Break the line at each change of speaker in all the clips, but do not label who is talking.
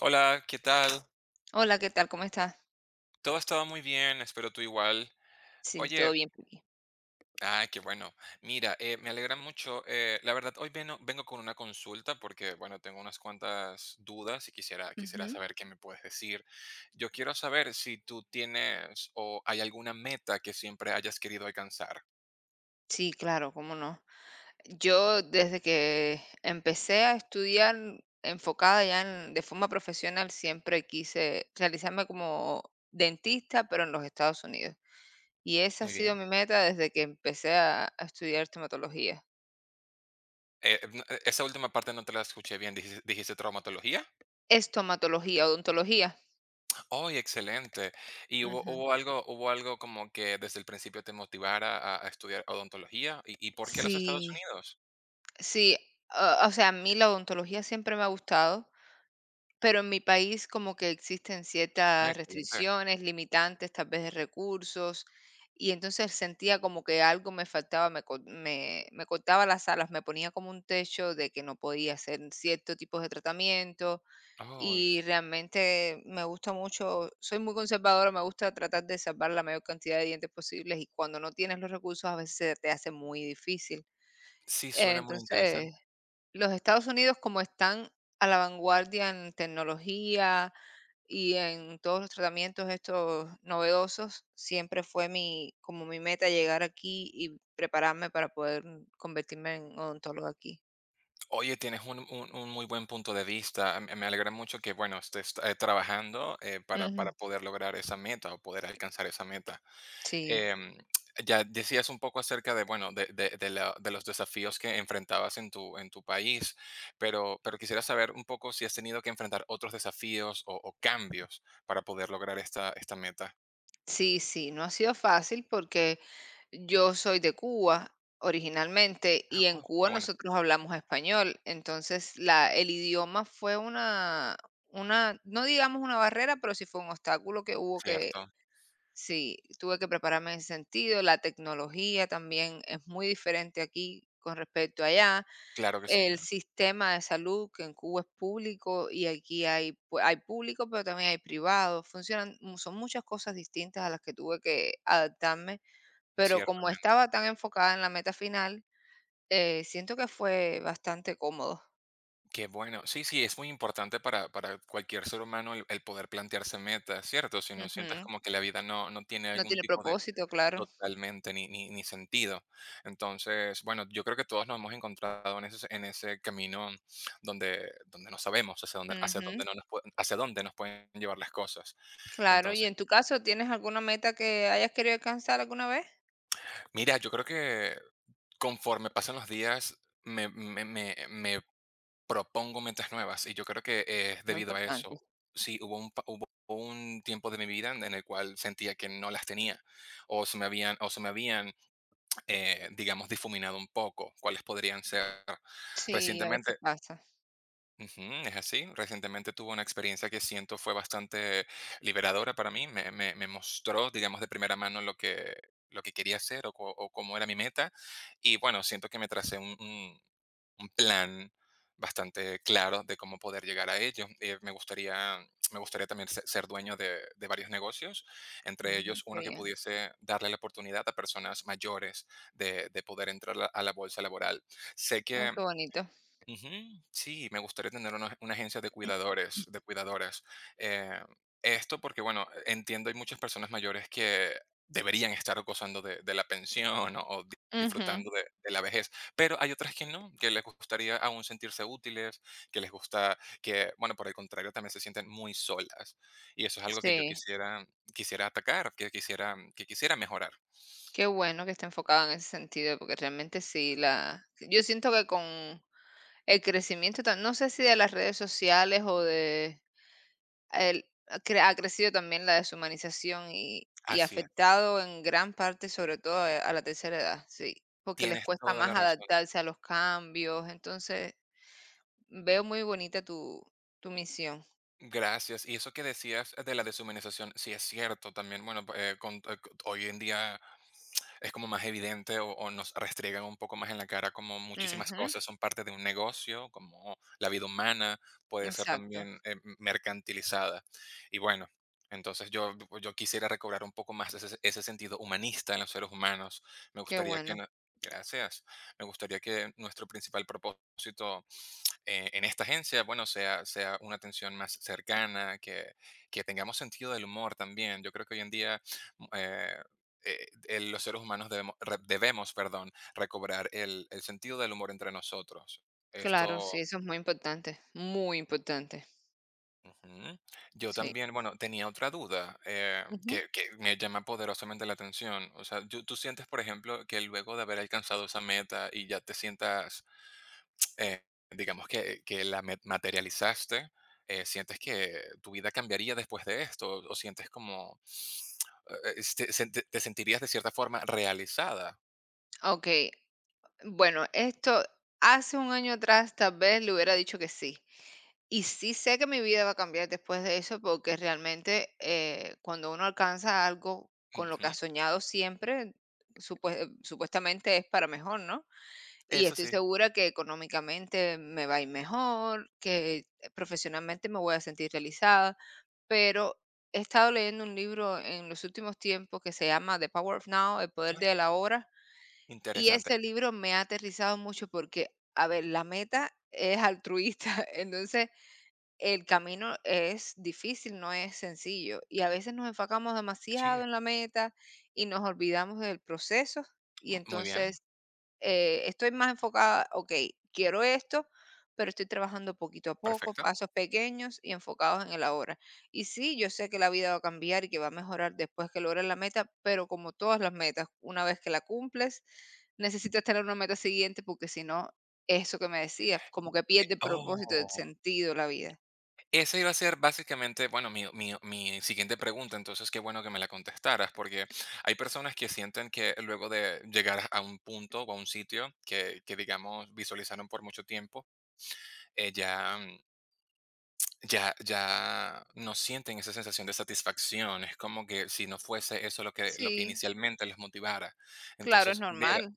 Hola, ¿qué tal?
Hola, ¿qué tal? ¿Cómo estás?
Todo ha estado muy bien, espero tú igual.
Sí,
Oye,
todo bien por aquí.
ay, qué bueno. Mira, me alegra mucho. La verdad, hoy vengo con una consulta porque, bueno, tengo unas cuantas dudas y quisiera
Ujú.
saber qué me puedes decir. Yo quiero saber si tú tienes o hay alguna meta que siempre hayas querido alcanzar.
Sí, claro, cómo no. Yo desde que empecé a estudiar enfocada de forma profesional, siempre quise realizarme como dentista, pero en los Estados Unidos. Y esa ha
Muy
sido
bien.
mi meta desde que empecé a estudiar estomatología.
No, esa última parte no te la escuché bien. Dijiste traumatología?
Estomatología, odontología.
¡Ay, excelente! ¿Y
Ujú.
hubo algo como que desde el principio te motivara a estudiar odontología? Y por qué los Estados
Sí,
Unidos?
sí. O sea, a mí la odontología siempre me ha gustado. Pero en mi país como que existen
Ah,
ciertas
excelente.
restricciones, limitantes, tal vez de recursos, y entonces sentía como que algo me faltaba, me cortaba las alas, me ponía como un techo de que no podía hacer cierto tipo de tratamiento,
Oh,
y realmente me gusta mucho, soy muy conservadora, me gusta tratar de salvar la mayor cantidad de dientes posibles, y cuando no tienes los recursos a veces se te hace muy difícil.
sí, suena muy
Entonces,
interesante.
los Estados Unidos, como están a la vanguardia en tecnología y en todos los tratamientos estos novedosos, siempre fue mi como mi meta llegar aquí y prepararme para poder convertirme en odontóloga aquí.
Oye, tienes un muy buen punto de vista. Me alegra mucho que, bueno, estés, trabajando, para
Ujú,
poder lograr esa meta o poder alcanzar esa meta.
sí.
em, ya decías un poco acerca de, bueno, de los desafíos que enfrentabas en en tu país, pero quisiera saber un poco si has tenido que enfrentar otros desafíos o cambios para poder lograr esta meta.
Sí, sí, no ha sido fácil porque yo soy de Cuba originalmente y en
Oh,
Cuba
qué bueno,
nosotros hablamos español, entonces el idioma fue no digamos una barrera, pero sí fue un obstáculo que hubo que,
cierto.
sí, tuve que prepararme en ese sentido. La tecnología también es muy diferente aquí con respecto a allá.
Claro que sí,
El sistema de salud que en Cuba es público y aquí hay público, pero también hay privado. Son muchas cosas distintas a las que tuve que adaptarme, pero como
ciertamente.
estaba tan enfocada en la meta final, siento que fue bastante cómodo.
Qué bueno. Sí, sí, es muy importante para cualquier ser humano el poder plantearse metas, ¿cierto? Si no sientes
Ujú.
como que la vida no, no tiene
No
algún
tiene
tipo de...
propósito, claro.
Totalmente, ni sentido. Entonces, bueno, yo creo que todos nos hemos encontrado en ese camino donde no sabemos hacia
Ujú.
dónde no nos pue hacia dónde nos pueden llevar las cosas.
Claro, y
Entonces,
en tu caso, ¿tienes alguna meta que hayas querido alcanzar alguna vez?
mira, yo creo que conforme pasan los días, me me me me propongo metas nuevas, y yo creo que es
Muy
debido a eso.
importante.
Sí, hubo un tiempo de mi vida en el cual sentía que no las tenía, o se me habían digamos, difuminado un poco, cuáles podrían ser.
Sí, a veces
Recientemente,
pasa.
ujú, es así, recientemente tuve una experiencia que siento fue bastante liberadora para mí, me mostró, digamos, de primera mano lo que quería hacer o cómo era mi meta, y bueno, siento que me tracé un plan bastante claro de cómo poder llegar a ello. Me gustaría también ser dueño de varios negocios, entre
Ujú,
ellos
qué
uno que
bien.
pudiese darle la oportunidad a personas mayores de poder entrar a la bolsa laboral. Sé
Ah,
que...
qué bonito.
Ujú, sí, me gustaría tener una agencia de cuidadores, de cuidadoras. Eh, Esto porque, bueno, entiendo, hay muchas personas mayores que deberían estar gozando de la pensión
Ujú,
disfrutando de la vejez, pero hay otras que no, que les gustaría aún sentirse útiles, que les gusta, que, bueno, por el contrario, también se sienten muy solas. Y eso es algo que yo
sí.
quisiera atacar, que quisiera mejorar.
Qué bueno que esté enfocada en ese sentido, porque realmente sí, la, yo siento que con el crecimiento, no sé si de las redes sociales o de, ha crecido también la deshumanización y
Así es.
afectado en gran parte, sobre todo a la tercera edad, sí, porque les
Tienes
cuesta
toda
más
la razón.
adaptarse a los cambios, entonces veo muy bonita tu misión.
Gracias. Y eso que decías de la deshumanización, sí es cierto también. Bueno, hoy en día es como más evidente o nos restriegan un poco más en la cara como muchísimas
Ujú,
cosas son parte de un negocio, como la vida humana puede ser
exacto,
también mercantilizada. Y bueno, entonces yo, yo quisiera recobrar un poco más ese sentido humanista en los seres humanos. Me
qué
gustaría que...
bueno.
no... Gracias. Me gustaría que nuestro principal propósito en esta agencia, bueno, sea una atención más cercana, que tengamos sentido del humor también. Yo creo que hoy en día mm, eh, los seres humanos debemos, perdón, recobrar el sentido del humor entre nosotros.
Claro, sí,
Esto,
eso es muy importante,
ujú. Yo
sí.
también, bueno, tenía otra duda
Ujú.
que me llama poderosamente la atención. O sea, yo... tú sientes, por ejemplo, que luego de haber alcanzado esa meta y ya te sientas... Eh, digamos que la met materializaste, ¿sientes que tu vida cambiaría después de esto? O sientes como, este, sen te sentirías de cierta forma realizada?
Ok, bueno, esto hace un año atrás tal vez le hubiera dicho que sí. Y sí sé que mi vida va a cambiar después de eso porque realmente cuando uno alcanza algo con lo
Ujú,
que ha soñado siempre, supuestamente es para mejor, ¿no? Y
eso
estoy
sí.
segura que económicamente me va a ir mejor, que profesionalmente me voy a sentir realizada, pero he estado leyendo un libro en los últimos tiempos que se llama The Power of Now, El Poder
Ay,
de la Hora, y
interesante.
ese libro me ha aterrizado mucho porque, a ver, la meta es altruista, entonces el camino es difícil, no es sencillo. Y a veces nos enfocamos
Sí,
demasiado
m
en la meta y nos olvidamos del proceso y
muy bien,
entonces estoy más enfocada, okey, quiero esto, pero estoy trabajando poquito a poco,
perfecto.
pasos pequeños y enfocados en el ahora. Y sí, yo sé que la vida va a cambiar y que va a mejorar después que logres la meta, pero como todas las metas, una vez que la cumples, necesitas tener una meta siguiente, porque si no, eso que me decías, como que pierde el propósito, el
Oh,
sentido, la vida.
esa iba a ser básicamente, bueno, mi siguiente pregunta, entonces qué bueno que me la contestaras, porque hay personas que sienten que luego de llegar a un punto o a un sitio que, digamos, visualizaron por mucho tiempo, eh, ya, mm, ya, ya no sienten esa sensación de satisfacción. Es como que si no fuese eso lo que
Sí,
inicialmente les motivara.
claro, es
Entonces, mira,
normal.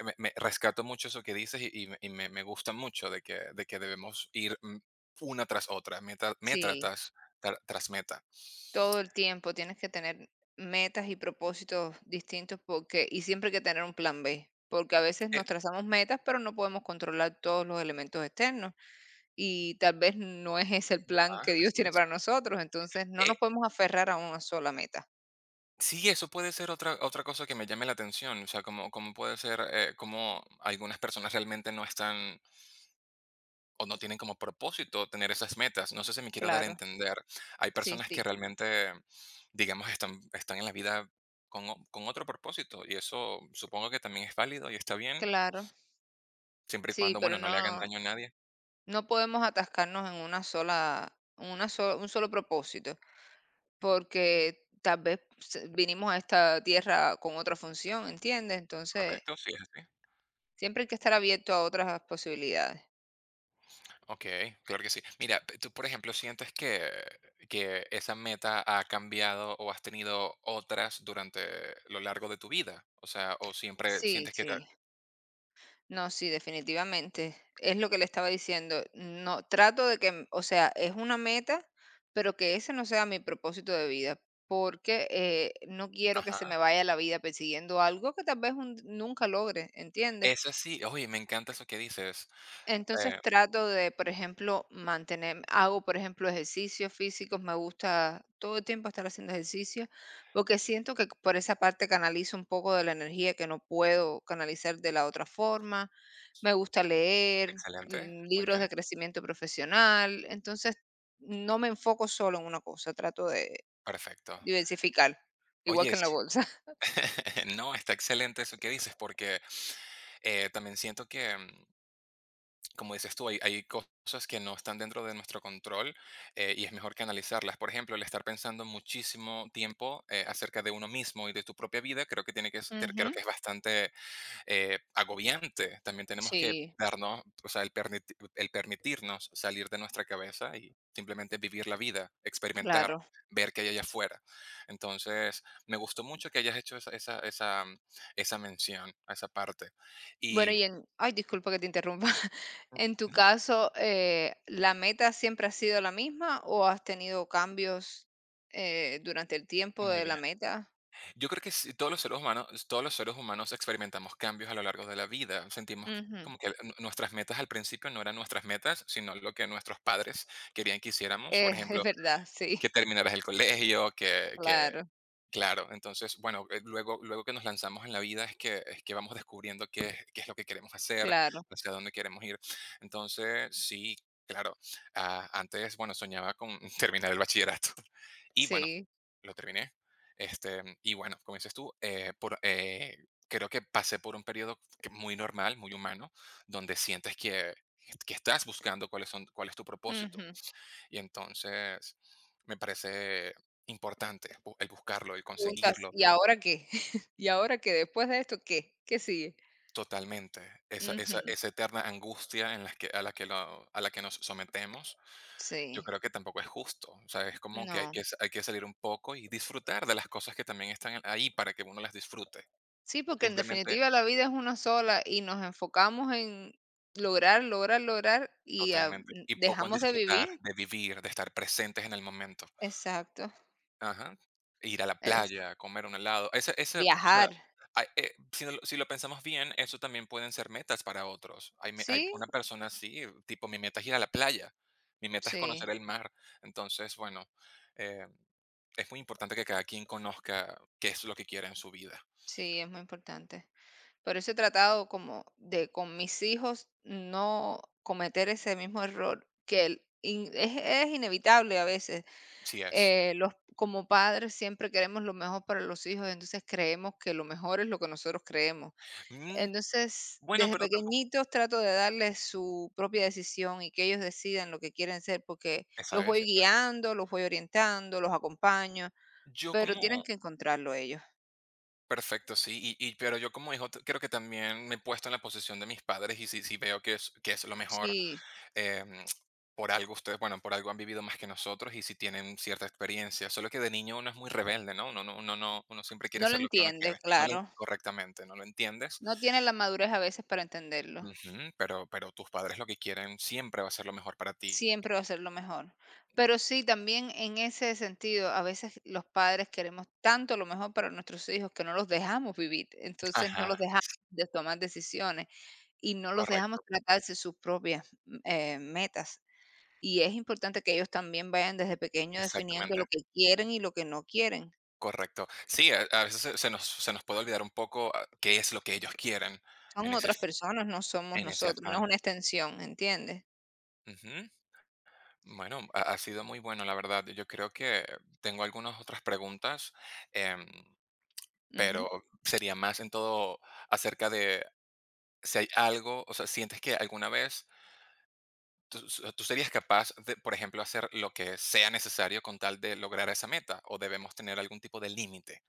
me rescato mucho eso que dices me gusta mucho de que debemos ir una tras otra, meta
Sí.
tras, tras meta.
Todo el tiempo tienes que tener metas y propósitos distintos porque y siempre hay que tener un plan B, porque a veces
Eh,
nos trazamos metas, pero no podemos controlar todos los elementos externos y tal vez no es ese el plan que Dios
Así
tiene
es.
para nosotros, entonces no
Eh,
nos podemos aferrar a una sola meta.
sí, eso puede ser otra cosa que me llame la atención. O sea, como puede ser, como algunas personas realmente no están o no tienen como propósito tener esas metas. No sé si me quiero dar a
Claro,
entender. Hay
sí,
personas
sí,
que realmente, digamos, están en la vida con otro propósito y eso supongo que también es válido y está bien,
claro,
siempre y
sí,
cuando,
pero
bueno, no le hagan
no,
daño a nadie.
no podemos atascarnos en una sola, un solo propósito, porque vinimos a esta tierra con otra función, ¿entiendes? Entonces,
Correcto, sí, es así.
siempre hay que estar abierto a otras posibilidades.
Ok, claro que sí. Mira, p- tú, por ejemplo, sientes que esa meta ha cambiado o has tenido otras durante lo largo de tu vida. O sea, o siempre
Sí,
sientes que... te...
sí. No, sí, definitivamente. Es lo que le estaba diciendo. No, trato de que, o sea, es una meta, pero que ese no sea mi propósito de vida, porque no quiero que se me
Ajá.
vaya la vida persiguiendo algo que tal vez nunca logre, ¿entiendes?
Esa sí, oye, me encanta eso que dices.
Entonces
eh,
trato de, por ejemplo, mantener, hago, por ejemplo, ejercicios físicos, me gusta todo el tiempo estar haciendo ejercicio, porque siento que por esa parte canalizo un poco de la energía que no puedo canalizar de la otra forma. Me gusta leer
Excelente, muy
libros de
bien,
crecimiento profesional, entonces no me enfoco solo en una cosa, trato de
perfecto.
diversificar, igual
Oye,
que en la
s-
bolsa.
no, está excelente eso que dices, porque también siento como dices tú, hay cosas que no están dentro de nuestro control y es mejor que analizarlas. Por ejemplo, el estar pensando muchísimo tiempo acerca de uno mismo y de tu propia vida, creo que tiene creo
Ujú,
que es bastante agobiante. También tenemos que
sí,
darnos, o sea, el permitirnos salir de nuestra cabeza y simplemente vivir la vida, experimentar,
claro.
ver qué hay allá afuera. Entonces, me gustó mucho que hayas hecho esa mención a esa parte.
Bueno,
Y
y en, ay, disculpa que te interrumpa.
mm,
En tu
ujú,
caso, ¿la meta siempre ha sido la misma o has tenido cambios durante el tiempo
muy
de la
bien.
meta?
Yo creo que sí, todos los seres humanos experimentamos cambios a lo largo de la vida. Sentimos
Ujú.
como que nuestras metas al principio no eran nuestras metas, sino lo que nuestros padres querían que hiciéramos. Por
Eh, es
ejemplo,
verdad, sí,
que terminaras el colegio, que
claro,
claro, entonces, bueno, luego que nos lanzamos en la vida es que vamos descubriendo qué es lo que queremos hacer,
claro,
hacia dónde queremos ir. Entonces, sí, claro, antes, bueno, soñaba con terminar el bachillerato y bueno,
sí.
lo terminé, este, y bueno, como dices tú, creo que pasé por un periodo que muy normal, muy humano, donde sientes que estás buscando cuál es tu propósito,
Ujú.
y entonces me parece importante el buscarlo, el
Preguntas,
conseguirlo
¿y ahora qué? ¿Y ahora qué? Después de esto, ¿qué? ¿Qué sigue?
totalmente.
Ujú,
Esa eterna angustia en la que nos sometemos, yo
sí,
creo que tampoco es justo. O sea, es como que hay
no.
hay que salir un poco y disfrutar de las cosas que también están ahí para que uno las disfrute.
Sí, porque en
Simplemente,
definitiva la vida es una sola y nos enfocamos en lograr, lograr, lograr y
totalmente. Y poco en
dejamos de vivir.
disfrutar, de vivir, de estar presentes en el momento.
Exacto.
Ajá. Ir a la
Es
playa, comer un helado. O
viajar.
sea, si lo pensamos bien, eso también pueden ser metas para otros. Hay
Sí,
una persona así, tipo, mi meta es ir a la playa, mi meta es
sí,
conocer el mar. Entonces, bueno, eh, es muy importante que cada quien conozca qué es lo que quiere en su vida.
sí, es muy importante. Por eso he tratado como de con mis hijos no cometer ese mismo error que es inevitable a veces
Sí es.
como padres siempre queremos lo mejor para los hijos, entonces creemos que lo mejor es lo que nosotros creemos.
Mm,
Entonces,
bueno,
desde
pero tampoco
pequeñitos trato de darles su propia decisión y que ellos decidan lo que quieren ser, porque los voy
esa es.
guiando, los voy orientando, los acompaño,
Yo
pero tienen
como
que encontrarlo ellos.
Perfecto, sí, pero yo como hijo t- creo que también me he puesto en la posición de mis padres y si veo que es lo mejor
Sí,
em, por algo ustedes, bueno, por algo han vivido más que nosotros y si tienen cierta experiencia. Solo que de niño uno es muy rebelde, ¿no? Uno siempre quiere
no lo
hacer lo que uno
entiende,
quiere, no lo,
claro.
correctamente, no lo entiendes.
No tienen la madurez a veces para entenderlo.
Ujú, pero tus padres lo que quieren siempre va a ser lo mejor para ti.
Siempre va a ser lo mejor. Pero sí, también en ese sentido, a veces los padres queremos tanto lo mejor para nuestros hijos que no los dejamos vivir, entonces no
Ajá,
los dejamos de tomar decisiones y no los dejamos
correcto,
tratarse sus propias metas. Y es importante que ellos también vayan desde pequeños definiendo lo
exactamente.
que quieren y lo que no quieren.
Correcto. Sí, a veces se nos puede olvidar un poco qué es lo que ellos quieren
Son
en ese,
otras
af-
personas, no somos
en ese
nosotros, no es
afán.
una extensión, ¿entiendes?
Ujú. Bueno, ha sido muy bueno, la verdad. Yo creo que tengo algunas otras preguntas, em,
Ujú.
pero sería más en todo acerca de si hay algo, o sea, sientes que alguna vez tú serías capaz de, por ejemplo, hacer lo que sea necesario con tal de lograr esa meta, o debemos tener algún tipo de límite.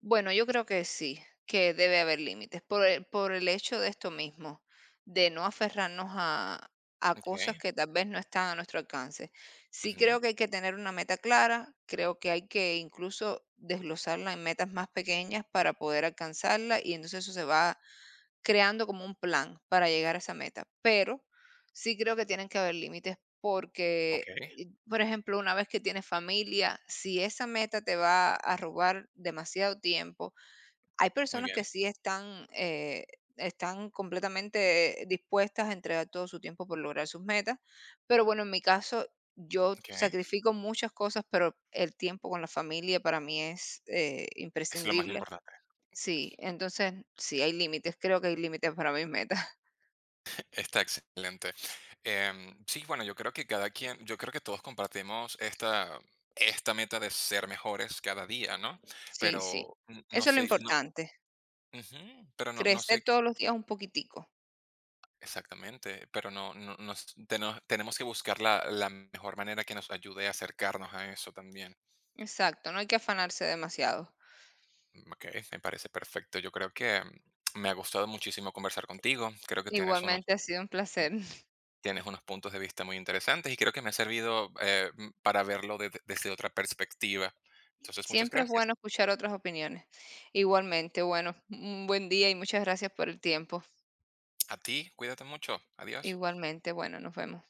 Bueno, yo creo que sí, que debe haber límites por el hecho de esto mismo, de no aferrarnos a
Ok,
cosas que tal vez no están a nuestro alcance. Sí
ujú,
creo que hay que tener una meta clara, creo que hay que incluso desglosarla en metas más pequeñas para poder alcanzarla y entonces eso se va creando como un plan para llegar a esa meta, pero sí creo que tienen que haber límites
ok,
porque, por ejemplo, una vez que tienes familia, si esa meta te va a robar demasiado tiempo, hay
muy
personas
bien,
que sí están, están completamente dispuestas a entregar todo su tiempo por lograr sus metas, pero bueno, en mi caso, yo
ok, eso
sacrifico muchas cosas, pero el tiempo con la familia para mí es
es lo más
imprescindible.
importante.
Sí, entonces sí hay límites, creo que hay límites para mis metas.
Está excelente. Em, sí, bueno, yo creo que cada quien, yo creo que todos compartimos esta meta de ser mejores cada día, ¿no?
Sí, sí.
Pero n- no
Eso es lo
sé, no,
importante.
ujú, pero no, no
Crecer
sé
todos los días un poquitico.
exactamente, pero no, tenemos que buscar la mejor manera que nos ayude a acercarnos a eso también.
Exacto, no hay que afanarse demasiado.
Ok, me parece perfecto. Yo creo que me ha gustado muchísimo conversar contigo. Creo que tienes unos...
Igualmente ha sido un placer.
Tienes unos puntos de vista muy interesantes y creo que me ha servido para verlo desde otra perspectiva. Entonces, muchas
Siempre es
gracias.
bueno escuchar otras opiniones. Igualmente, bueno, un buen día y muchas gracias por el tiempo.
A ti, cuídate mucho. Adiós.
Igualmente, bueno, nos vemos.